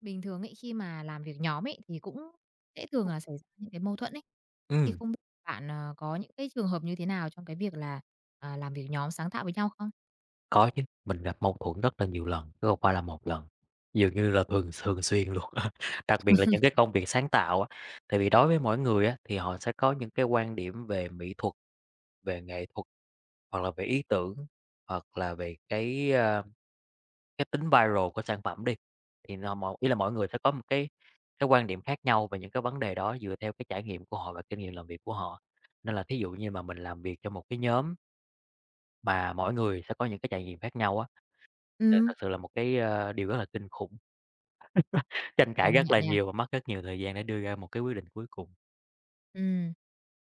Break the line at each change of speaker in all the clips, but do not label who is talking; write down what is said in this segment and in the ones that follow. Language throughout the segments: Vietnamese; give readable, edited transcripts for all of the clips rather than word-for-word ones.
Bình thường ấy, khi mà làm việc nhóm ấy, thì cũng dễ thường là xảy ra những cái mâu thuẫn ấy. Thì
Ừm,
không biết bạn, có những cái trường hợp như thế nào trong cái việc là, làm việc nhóm sáng tạo với nhau không?
có chứ, mình gặp mâu thuẫn rất là nhiều lần, chứ không phải là một lần, dường như là thường thường xuyên luôn. Đặc biệt là những cái công việc sáng tạo á, tại vì đối với mỗi người á, thì họ sẽ có những cái quan điểm về mỹ thuật, về nghệ thuật, hoặc là về ý tưởng, hoặc là về cái, cái tính viral của sản phẩm đi, thì nó mọi ý là mọi người sẽ có một cái quan điểm khác nhau về những cái vấn đề đó dựa theo cái trải nghiệm của họ và kinh nghiệm làm việc của họ. Nên là thí dụ như mà mình làm việc cho một cái nhóm mà mỗi người sẽ có những cái trải nghiệm khác nhau á.
Ừ,
Thật sự là một cái, điều rất là kinh khủng, tranh cãi
công
rất
nhận
là
nha.
nhiều và mất rất nhiều thời gian để đưa ra một cái quyết định cuối cùng.
Ừm.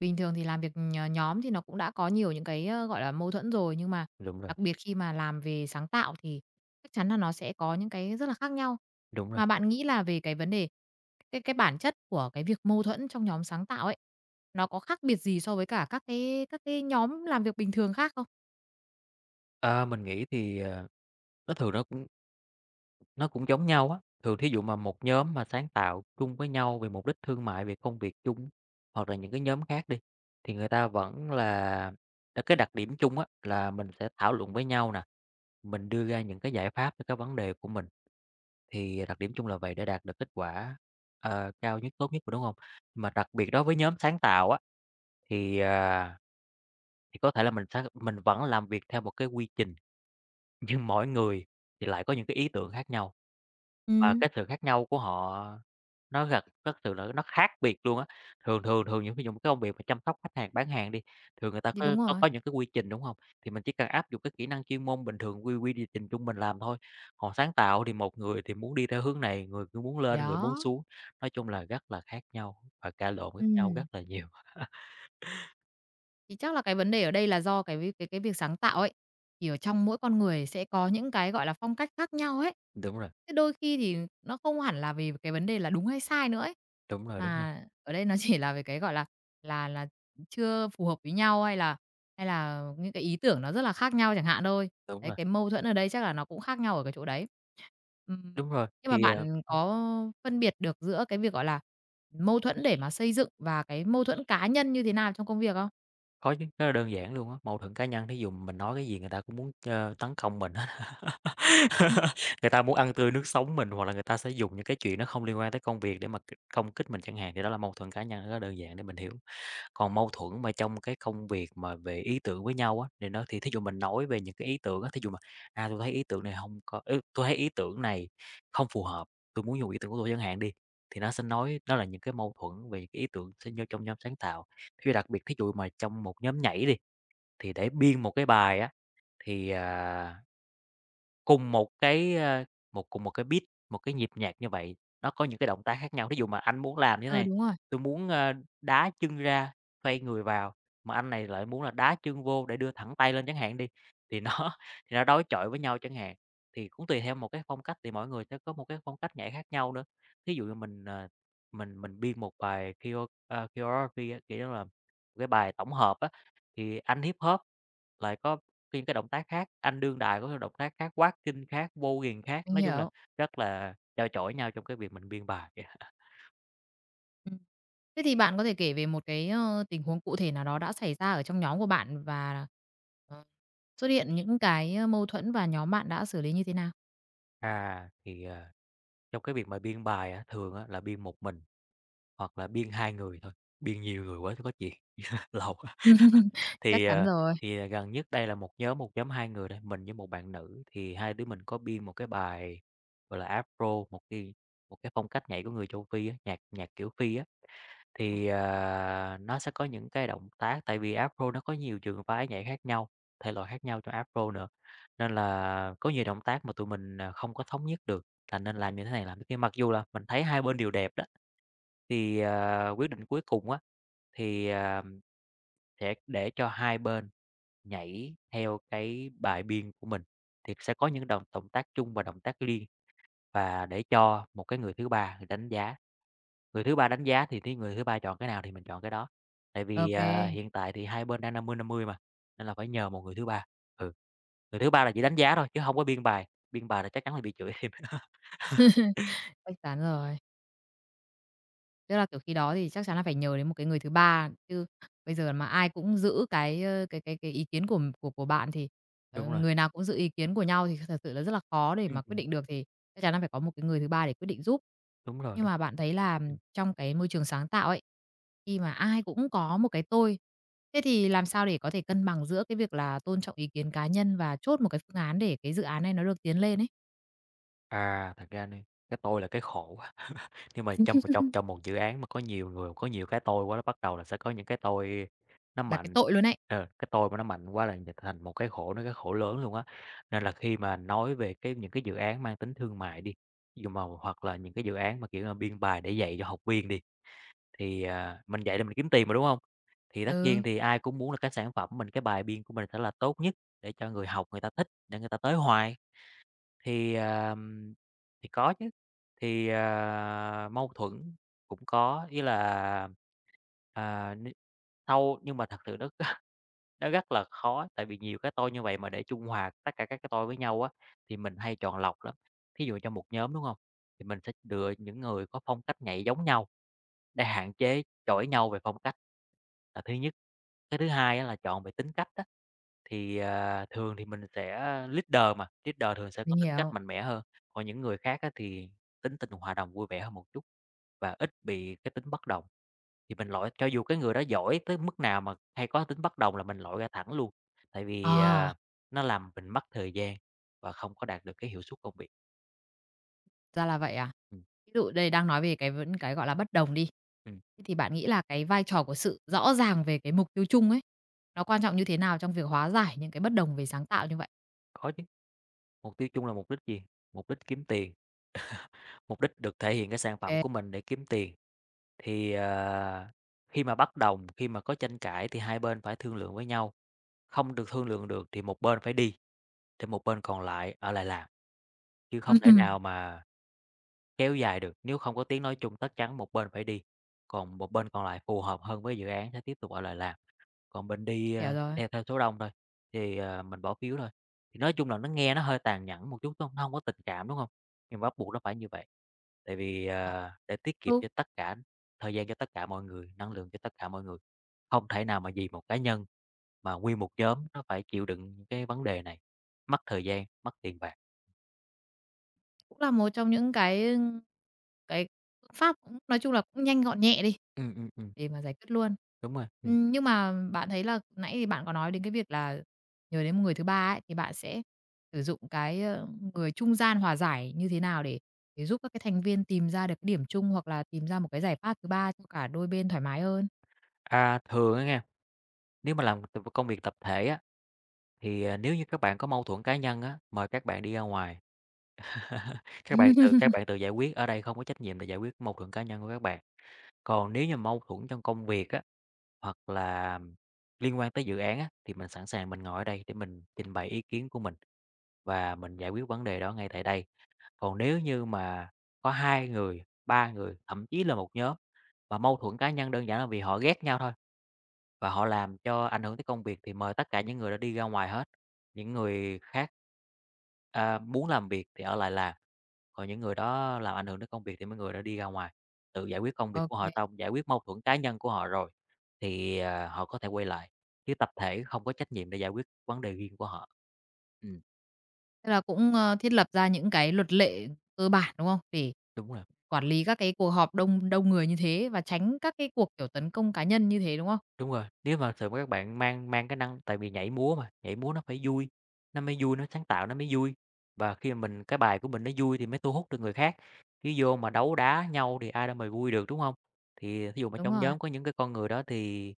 Bình thường thì làm việc, nhóm thì nó cũng đã có nhiều những cái, gọi là, mâu thuẫn rồi, nhưng mà
Đúng rồi,
đặc biệt khi mà làm về sáng tạo thì chắc chắn là nó sẽ có những cái rất là khác nhau.
đúng rồi.
Mà bạn nghĩ là về cái vấn đề cái bản chất của cái việc mâu thuẫn trong nhóm sáng tạo ấy, nó có khác biệt gì so với cả các cái nhóm làm việc bình thường khác không?
Ờ, mình nghĩ thì, nó thường nó cũng nó cũng giống nhau á, thường thí dụ mà một nhóm mà sáng tạo chung với nhau về mục đích thương mại, về công việc chung, hoặc là những cái nhóm khác đi, thì người ta vẫn là cái đặc điểm chung á là mình sẽ thảo luận với nhau nè, mình đưa ra những cái giải pháp cho cái vấn đề của mình, thì đặc điểm chung là vậy để đạt được kết quả, cao nhất, tốt nhất mà, đúng hông? Mà đặc biệt đối với nhóm sáng tạo á, Thì, à, thì có thể là mình vẫn làm việc theo một cái quy trình, nhưng mỗi người thì lại có những cái ý tưởng khác nhau, và
Ừm,
cái sự khác nhau của họ nó gật rất sự là nó khác biệt luôn á. Thường thường Thường những ví dụ một cái công việc mà chăm sóc khách hàng, bán hàng đi, thường người ta
thì đúng rồi.
có những cái quy trình, đúng không? Thì mình chỉ cần áp dụng cái kỹ năng chuyên môn bình thường, quy quy trình trung bình làm thôi. Còn sáng tạo thì một người thì muốn đi theo hướng này, người cứ muốn
Thì
lên, người muốn
đó.
xuống, nói chung là rất là khác nhau và cãi lộn khác nhau
Ừm.
rất là nhiều.
Thì chắc là cái vấn đề ở đây là do cái vi cái việc sáng tạo ấy, thì ở trong mỗi con người sẽ có những cái, gọi là, phong cách khác nhau ấy.
Đúng rồi,
Thế đôi khi thì nó không hẳn là vì cái vấn đề là đúng hay sai nữa ấy,
đúng rồi, đúng rồi,
mà ở đây nó chỉ là về cái, gọi là, là là chưa phù hợp với nhau hay là những cái ý tưởng nó rất là khác nhau chẳng hạn thôi.
đúng
Đấy,
rồi.
cái mâu thuẫn ở đây chắc là nó cũng khác nhau ở cái chỗ đấy. Ừm,
Đúng rồi,
nhưng mà bạn có phân biệt được giữa cái việc, gọi là, mâu thuẫn để mà xây dựng và cái mâu thuẫn cá nhân như thế nào trong công việc không?
khó chứ, rất là đơn giản luôn á, mâu thuẫn cá nhân thí dụ mình nói cái gì người ta cũng muốn, tấn công mình hết. Người ta muốn ăn tươi nuốt sống mình, hoặc là người ta sẽ dùng những cái chuyện nó không liên quan tới công việc để mà công kích mình chẳng hạn, thì đó là mâu thuẫn cá nhân rất là đơn giản để mình hiểu. Còn mâu thuẫn mà trong cái công việc mà về ý tưởng với nhau á, thì nó thì thí dụ mình nói về những cái ý tưởng á, thí dụ mà, tôi thấy ý tưởng này không có tui thấy ý tưởng này không phù hợp, tôi muốn dùng ý tưởng của tôi chẳng hạn đi, thì nó sẽ nói nó là những cái mâu thuẫn về cái ý tưởng sinh ra trong nhóm sáng tạo. Thí dụ đặc biệt thí dụ mà trong một nhóm nhảy đi, thì để biên một cái bài á, thì, à cùng một cái, cùng một cái beat, một cái nhịp nhạc như vậy, nó có những cái động tác khác nhau. Thí dụ mà anh muốn làm như thế
Ừ,
này,
đúng rồi,
tôi muốn, đá chân ra, xoay người vào, mà anh này lại muốn là đá chân vô để đưa thẳng tay lên chẳng hạn đi, thì nó thì nó đối chọi với nhau chẳng hạn. Thì cũng tùy theo một cái phong cách, thì mỗi người sẽ có một cái phong cách nhảy khác nhau nữa. Thí dụ như mình, mình biên một bài choreo, choreography á, kiểu như là, một cái bài tổng hợp á, thì anh hip hop lại có phim cái động tác khác, anh đương đại có cái động tác khác, quát kinh khác, vô Bogan khác,
mình
nói chung là
hiểu.
rất là trao chổi nhau trong cái việc mình biên bài.
Ừm. Thế thì bạn có thể kể về một cái, tình huống cụ thể nào đó đã xảy ra ở trong nhóm của bạn và, ờ, xuất hiện những cái, mâu thuẫn và nhóm bạn đã xử lý như thế nào?
À, trong cái việc mà biên bài á, thường á là biên một mình hoặc là biên 2 người thôi, biên nhiều người quá thì có chuyện lâu.
Chắc
Thì,
chắn
à,
rồi.
gần nhất đây là một nhóm 2 người đây, mình với một bạn nữ thì hai đứa mình có biên một cái bài, gọi là, Afro, một cái phong cách nhảy của người châu Phi á, nhạc nhạc kiểu Phi á. Nó sẽ có những cái động tác tại vì Afro nó có nhiều trường phái nhảy khác nhau, thể loại khác nhau trong Afro nữa, nên là có nhiều động tác mà tụi mình, không có thống nhất được, là nên làm như thế này, làm thế kia. Mặc dù là mình thấy hai bên đều đẹp đó, quyết định cuối cùng á, thì, à, sẽ để cho hai bên nhảy theo cái bài biên của mình, thì sẽ có những động động tác chung và động tác liên và để cho một cái người thứ ba người đánh giá. Người thứ ba đánh giá thì cái người thứ ba chọn cái nào thì mình chọn cái đó, tại vì,
Ok,
hiện tại thì hai bên đang năm mươi mà, nên là phải nhờ một người thứ ba. Ừ, người thứ ba là chỉ đánh giá thôi chứ không có biên bài là chắc chắn là bị chửi thêm.
chắc chắn rồi. Tức là, kiểu, khi đó thì chắc chắn là phải nhờ đến một cái người thứ ba, chứ bây giờ mà ai cũng giữ cái, cái ý kiến của bạn thì,
Đúng rồi.
người nào cũng giữ ý kiến của nhau thì thật sự là rất là khó để
Ừm,
mà quyết
ừm,
định được, thì chắc chắn là phải có một cái người thứ ba để quyết định giúp.
đúng rồi,
Nhưng
đúng.
mà bạn thấy là
Ừm.
trong cái môi trường sáng tạo ấy, khi mà ai cũng có một cái tôi, thế thì làm sao để có thể cân bằng giữa cái việc là tôn trọng ý kiến cá nhân và chốt một cái phương án để cái dự án này nó được tiến lên ấy?
À, thật ra đi, cái tôi là cái khổ. Nhưng mà trong một trong trong một dự án mà có nhiều người, có nhiều cái tôi quá, nó bắt đầu là sẽ có những cái tôi nó
Là cái
mạnh,
tội luôn ấy.
cái tôi mà nó mạnh quá là dịch thành một cái khổ, cái khổ lớn luôn á. Nên là khi mà nói về cái những cái dự án mang tính thương mại đi, dù mà hoặc là những cái dự án mà, kiểu là, biên bài để dạy cho học viên đi, mình dạy để mình kiếm tiền mà, đúng không? Thì tất nhiên
Ừ,
thì ai cũng muốn là cái sản phẩm mình, cái bài biên của mình sẽ là tốt nhất để cho người học người ta thích để người ta tới hoài. Thì, ờm, thì có chứ, mâu thuẫn cũng có, ý là, à, n sau nhưng mà thật sự nó rất là khó, tại vì nhiều cái tôi như vậy mà để trung hòa tất cả các cái tôi với nhau á, thì mình hay chọn lọc lắm. Thí dụ trong một nhóm, đúng không? Thì mình sẽ lựa những người có phong cách nhảy giống nhau để hạn chế chổi nhau về phong cách là thứ nhất. Cái thứ hai á là chọn về tính cách á, thường thì mình sẽ leader mà, leader thường sẽ
mình
có tính cách
hiểu.
mạnh mẽ hơn, còn những người khác á thì tính tình hòa đồng, vui vẻ hơn một chút và ít bị cái tính bất đồng. Thì mình lội cho dù cái người đó giỏi tới mức nào mà hay có tính bất đồng là mình lội ra thẳng luôn, tại vì,
À,
nó làm mình mất thời gian và không có đạt được cái hiệu suất công việc.
ra là vậy à?
Ừm,
Ví dụ đây đang nói về cái vấn cái, gọi là, bất đồng đi,
ừm,
thế thì bạn nghĩ là cái vai trò của sự rõ ràng về cái mục tiêu chung ấy, nó quan trọng như thế nào trong việc hóa giải những cái bất đồng về sáng tạo như vậy?
có chứ, mục tiêu chung là mục đích gì? Mục đích kiếm tiền, mục đích được thể hiện cái sản phẩm
Kê.
của mình để kiếm tiền. Thì, à, Khi mà bất đồng, khi mà có tranh cãi thì hai bên phải thương lượng với nhau, không được thương lượng được thì một bên phải đi, thì một bên còn lại ở lại làm, chứ không thể
Ừm,
nào mà kéo dài được, nếu không có tiếng nói chung tất chắn một bên phải đi, còn một bên còn lại phù hợp hơn với dự án sẽ tiếp tục ở lại làm, còn bên
mình
đi,
hiểu rồi.
theo theo số đông thôi, mình bỏ phiếu thôi. Thì nói chung là nó nghe nó hơi tàn nhẫn một chút, đúng không? Nó hông có tình cảm, đúng không? Nhưng mà bắt buộc nó phải như vậy, tại vì,
Ờ,
để tiết kiệm
đúng,
cho tất cả thời gian cho tất cả mọi người, năng lượng cho tất cả mọi người. Không thể nào mà vì một cá nhân mà nguyên một nhóm nó phải chịu đựng những cái vấn đề này, mất thời gian, mất tiền bạc.
cũng là một trong những cái phương pháp cũng nói chung là cũng nhanh gọn nhẹ đi.
Ừm, ừm, ừm,
Để mà giải quyết luôn.
đúng rồi.
Nhưng mà bạn thấy là nãy thì bạn có nói đến cái việc là nhờ đến một người thứ ba ấy, thì bạn sẽ sử dụng cái, người trung gian hòa giải như thế nào để giúp các cái thành viên tìm ra được cái điểm chung hoặc là tìm ra một cái giải pháp thứ ba cho cả đôi bên thoải mái hơn?
À, thường á nha. Nếu mà làm công việc tập thể á, thì, à, nếu như các bạn có mâu thuẫn cá nhân á, mời các bạn đi ra ngoài. Các bạn tự các bạn tự giải quyết, ở đây không có trách nhiệm để giải quyết mâu thuẫn cá nhân của các bạn. Còn nếu như mâu thuẫn trong công việc á, hoặc là liên quan tới dự án á, thì mình sẵn sàng mình ngồi ở đây để mình trình bày ý kiến của mình và mình giải quyết vấn đề đó ngay tại đây. Còn nếu như mà có 2 người, 3 người, thậm chí là một nhóm mà mâu thuẫn cá nhân đơn giản là vì họ ghét nhau thôi và họ làm cho ảnh hưởng tới công việc thì mời tất cả những người đó đi ra ngoài hết, những người khác, à, muốn làm việc thì ở lại làm, còn những người đó làm ảnh hưởng tới công việc thì mấy người đó đi ra ngoài, tự giải quyết công việc
Ô,
của họ xong, giải quyết mâu thuẫn cá nhân của họ rồi thì, à, họ có thể quay lại, chứ tập thể không có trách nhiệm để giải quyết vấn đề riêng của họ. Ừm,
tức là cũng, thiết lập ra những cái luật lệ cơ bản, đúng không? Để
đúng rồi.
quản lý các cái cuộc họp đông đông người như thế và tránh các cái cuộc, kiểu, tấn công cá nhân như thế, đúng không?
Đúng rồi, nếu mà thực các bạn mang mang cái năng, tại vì nhảy múa mà, nhảy múa nó phải vui, nó mới vui, nó sáng tạo nó mới vui. Và khi mà mình cái bài của mình nó vui thì mới thu hút được người khác, chứ vô mà đấu đá nhau thì ai đâu mà vui được, đúng hông? Thì thí dụ mà
Đúng
trong
rồi.
nhóm có những cái con người đó thì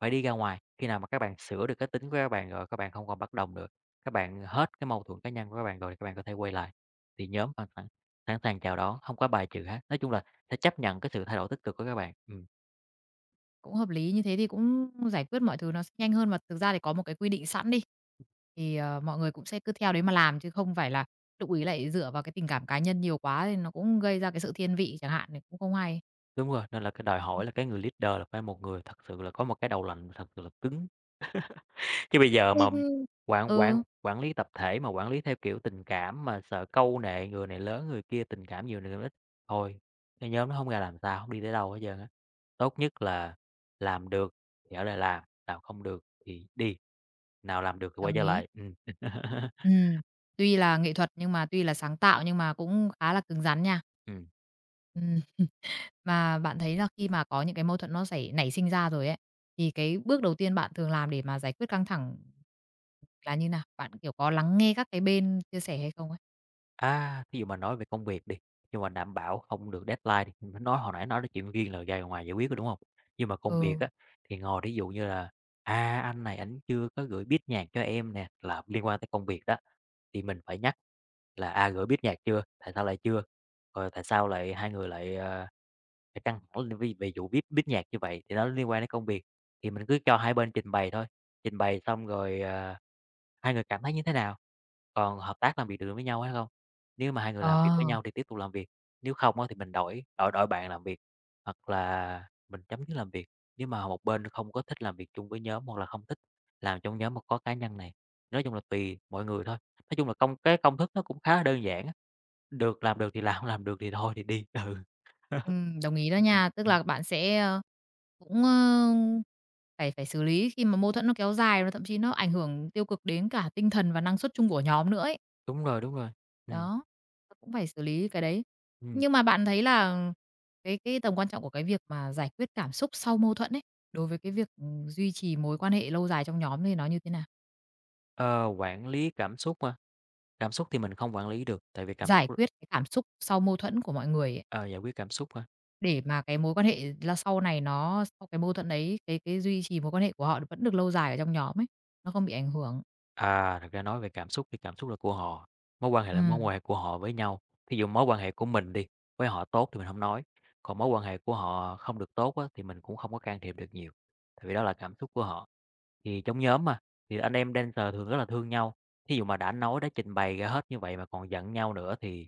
phải đi ra ngoài, khi nào mà các bạn sửa được cái tính của các bạn rồi, các bạn không còn bất đồng nữa, các bạn hết cái mâu thuẫn cá nhân của các bạn rồi thì các bạn có thể quay lại, thì nhóm hoàn toàn sẵn sàng chào đón, hông có bài trừ hết. Nói chung là sẽ chấp nhận cái sự thay đổi tích cực của các bạn.
Cũng hợp lý, như thế thì cũng giải quyết mọi thứ nó sẽ nhanh hơn, mà thực ra thì có một cái quy định sẵn đi, thì, mọi người cũng sẽ cứ theo đấy mà làm, chứ không phải là lúc ấy lại dựa vào cái tình cảm cá nhân nhiều quá thì nó cũng gây ra cái sự thiên vị chẳng hạn thì cũng không hay.
Đúng rồi, nên là cái đòi
Ừm.
hỏi là cái người leader là phải một người thật sự là có một cái đầu lạnh, thật sự là cứng. Chứ bây giờ mà quản quản
Ừ,
quản lý tập thể mà quản lý theo kiểu tình cảm mà sợ câu nệ người này lớn người kia, tình cảm nhiều người ít, thôi, cái nhóm nó không ra làm sao, không đi tới đâu hết trơn á. Tốt nhất là làm được thì ở đây làm, nào không được thì đi, nào làm được thì quay
đồng
trở
ý.
lại. Ừm.
Ừm, tuy là nghệ thuật nhưng mà tuy là sáng tạo nhưng mà cũng khá là cứng rắn nha.
Ừm.
Ừm. Mà bạn thấy là khi mà có những cái mâu thuẫn nó nảy sinh ra rồi ấy, thì cái bước đầu tiên bạn thường làm để mà giải quyết căng thẳng là như nào? Bạn, kiểu, có lắng nghe các cái bên chia sẻ hay không ấy?
À, ví dụ mà nói về công việc đi, nhưng mà đảm bảo không được deadline đi, mình nói hồi nãy nói đến chuyện riêng là ra ngoài giải quyết rồi, đúng không? Nhưng mà công việc
Ừ,
á, thì ngồi ví dụ như là, à, anh này ảnh chưa có gửi beat nhạc cho em nè, là liên quan tới công việc đó, thì mình phải nhắc là, à, gửi beat nhạc chưa? Tại sao lại chưa? Rồi tại sao lại hai người lại, ờ, phải căng thẳng lên vì về vụ beat beat nhạc như vậy? Thì nó liên quan đến công việc, thì mình cứ cho hai bên trình bày thôi, trình bày xong rồi, ờ, hai người cảm thấy như thế nào còn hợp tác làm việc được với nhau hay không? Nếu mà hai người làm việc với
ờ,
nhau thì tiếp tục làm việc, nếu không á thì mình đổi đổi đổi bạn làm việc, hoặc là mình chấm dứt làm việc. Nếu mà một bên không có thích làm việc chung với nhóm hoặc là không thích làm trong nhóm mà có cá nhân này, nói chung là tùy mọi người thôi. Nói chung là cái công thức nó cũng khá là đơn giản á, làm được thì làm, không làm được thì thôi thì đi, ừ.
đồng ý đó
Ừm, ừm,
nha. Tức
ừm,
là bạn sẽ, cũng, phải phải xử lý khi mà mâu thuẫn nó kéo dài và thậm chí nó ảnh hưởng tiêu cực đến cả tinh thần và năng suất chung của nhóm nữa ấy.
đúng rồi, đúng rồi. Ừm,
Đó, cũng phải xử lý cái đấy.
ừm,
Nhưng mà bạn thấy là cái tầm quan trọng của cái việc mà giải quyết cảm xúc sau mâu thuẫn ấy, đối với cái việc, duy trì mối quan hệ lâu dài trong nhóm thì nó như thế nào?
ờ, quản lý cảm xúc hả? Cảm xúc thì mình không quản lý được, tại vì cảm
Giải
xúc là
quyết cái cảm xúc sau mâu thuẫn của mọi người ấy,
ờ, giải quyết cảm xúc.
để mà cái mối quan hệ là sau này nó sau cái mâu thuẫn đấy, cái duy trì mối quan hệ của họ vẫn được lâu dài ở trong nhóm ấy, nó không bị ảnh hưởng.
À, thật ra nói về cảm xúc thì cảm xúc là của họ, mối quan hệ là mối
Ừm.
quan hệ của họ với nhau. Thí dụ mối quan hệ của mình đi, với họ tốt thì mình không nói, còn mối quan hệ của họ không được tốt á, thì mình cũng không có can thiệp được nhiều, tại vì đó là cảm xúc của họ. Thì trong nhóm mà, thì anh em dancer thường rất là thương nhau. Thí dụ mà đã nói, đã trình bày ra hết như vậy mà còn giận nhau nữa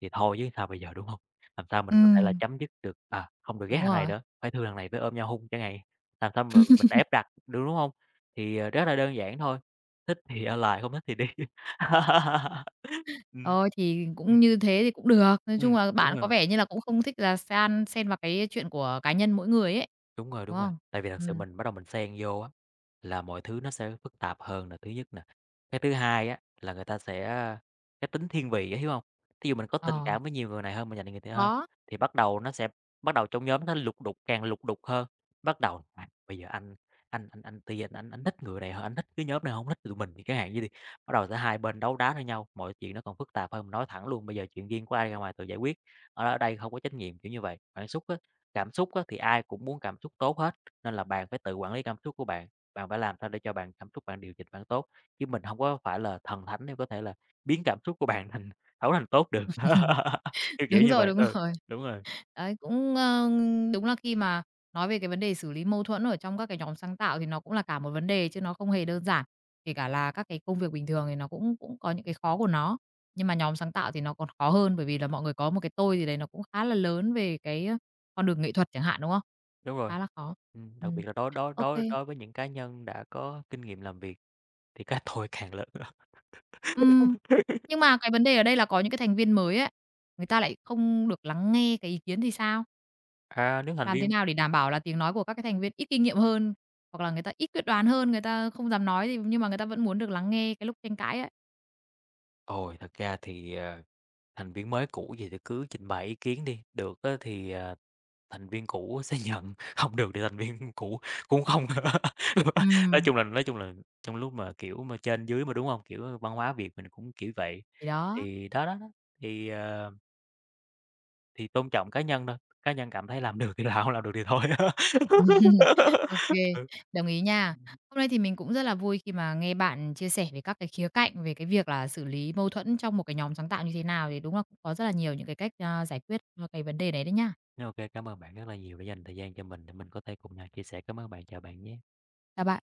thì thôi chứ sao bây giờ, đúng không? Làm sao mình có thể là
Ừm.
chấm dứt được, à, không được ghét
Đúng
thằng này
rồi.
nữa, phải thương thằng này, phải ôm nhau hung chẳng hạn, làm sao mà mình ép đặt được, đúng không? Thì, ờ, rất là đơn giản thôi, thích thì ở lại, không thích thì đi. Ừm.
Thôi thì
Ừm,
cũng như thế thì cũng được. Nói chung
ừm,
là
đúng
bạn có
rồi.
vẻ như là cũng không thích là xen xen vào cái chuyện của cá nhân mỗi người ấy,
Đúng rồi,
đúng
đúng rồi.
không?
Tại vì thật sự
Ừm,
mình bắt đầu mình xen vô á, là mọi thứ nó sẽ phức tạp hơn là thứ nhất nè. Cái thứ hai á, là người ta sẽ cái tính thiên vị á, hiểu hông? Thí dụ mình có tình
ờ,
cảm với nhiều người này hơn, mình dành cho người kia hơn,
có,
thì bắt đầu nó sẽ bắt đầu trong nhóm nó lục đục, càng lục đục hơn. Bắt đầu, à, bây giờ anh Ti anh thích người này hơn, anh thích cái nhóm này hông thích tụi mình thì chẳng hạn như vậy đi. Bắt đầu sẽ hai bên đấu đá với nhau, mọi chuyện nó còn phức tạp hơn, mình nói thẳng luôn: "Bây giờ chuyện riêng của ai ra ngoài tự giải quyết, ở ở đây không có trách nhiệm", kiểu như vậy. Bạn xúc á. Cảm xúc á, thì ai cũng muốn cảm xúc tốt hết, nên là bạn phải tự quản lý cảm xúc của bạn. Bạn phải làm sao để cho bạn cảm xúc bạn điều chỉnh bạn tốt, chứ mình không có phải là thần thánh để có thể là biến cảm xúc của bạn thành xấu thành tốt được. Kiểu, kiểu
đúng
như
rồi,
vậy,
đúng
ừ,
rồi.
đúng rồi,
Đấy, cũng, đúng là khi mà nói về cái vấn đề xử lý mâu thuẫn ở trong các cái nhóm sáng tạo thì nó cũng là cả một vấn đề chứ nó không hề đơn giản. Kể cả là các cái công việc bình thường thì nó cũng cũng có những cái khó của nó, nhưng mà nhóm sáng tạo thì nó còn khó hơn bởi vì là mọi người có một cái tôi gì đấy nó cũng khá là lớn về cái, con đường nghệ thuật chẳng hạn, đúng không?
đúng rồi.
Khá là khó.
Đặc
Ừm,
biệt là đối đối
ô
đối
kê.
đối với những cá nhân đã có kinh nghiệm làm việc thì cái tôi càng lớn.
Ừm, nhưng mà cái vấn đề ở đây là có những cái thành viên mới ấy, người ta lại không được lắng nghe cái ý kiến thì sao?
À, nếu thành
Làm thế
viên
nào để đảm bảo là tiếng nói của các cái thành viên ít kinh nghiệm hơn, hoặc là người ta ít quyết đoán hơn, người ta không dám nói thì nhưng mà người ta vẫn muốn được lắng nghe cái lúc tranh cãi ấy?
Ôi, thật ra thì, ờ, thành viên mới cũ gì thì cứ trình bày ý kiến đi, được á thì, ờ, thành viên cũ sẽ nhận, không được thì thành viên cũ cũng không. Nói
Ừm,
chung là nói chung là trong lúc mà, kiểu, mà trên dưới mà, đúng không? Kiểu, ờ, văn hóa Việt mình cũng kiểu vậy,
thì đó.
thì đó, đó, đó, thì, ờ, thì tôn trọng cá nhân thôi, cá nhân cảm thấy làm được thì làm, không làm được thì thôi.
Ô kê, đồng ý nha. Hôm nay thì mình cũng rất là vui khi mà nghe bạn chia sẻ về các cái khía cạnh về cái việc là xử lý mâu thuẫn trong một cái nhóm sáng tạo như thế nào, thì đúng là cũng có rất là nhiều những cái cách, giải quyết, cái vấn đề đấy đấy nha.
Ừ, ô cảm ơn bạn rất là nhiều đã dành thời gian cho mình để mình có thể cùng nhau chia sẻ. Cảm ơn bạn, chào bạn nhé.
Chào bạn.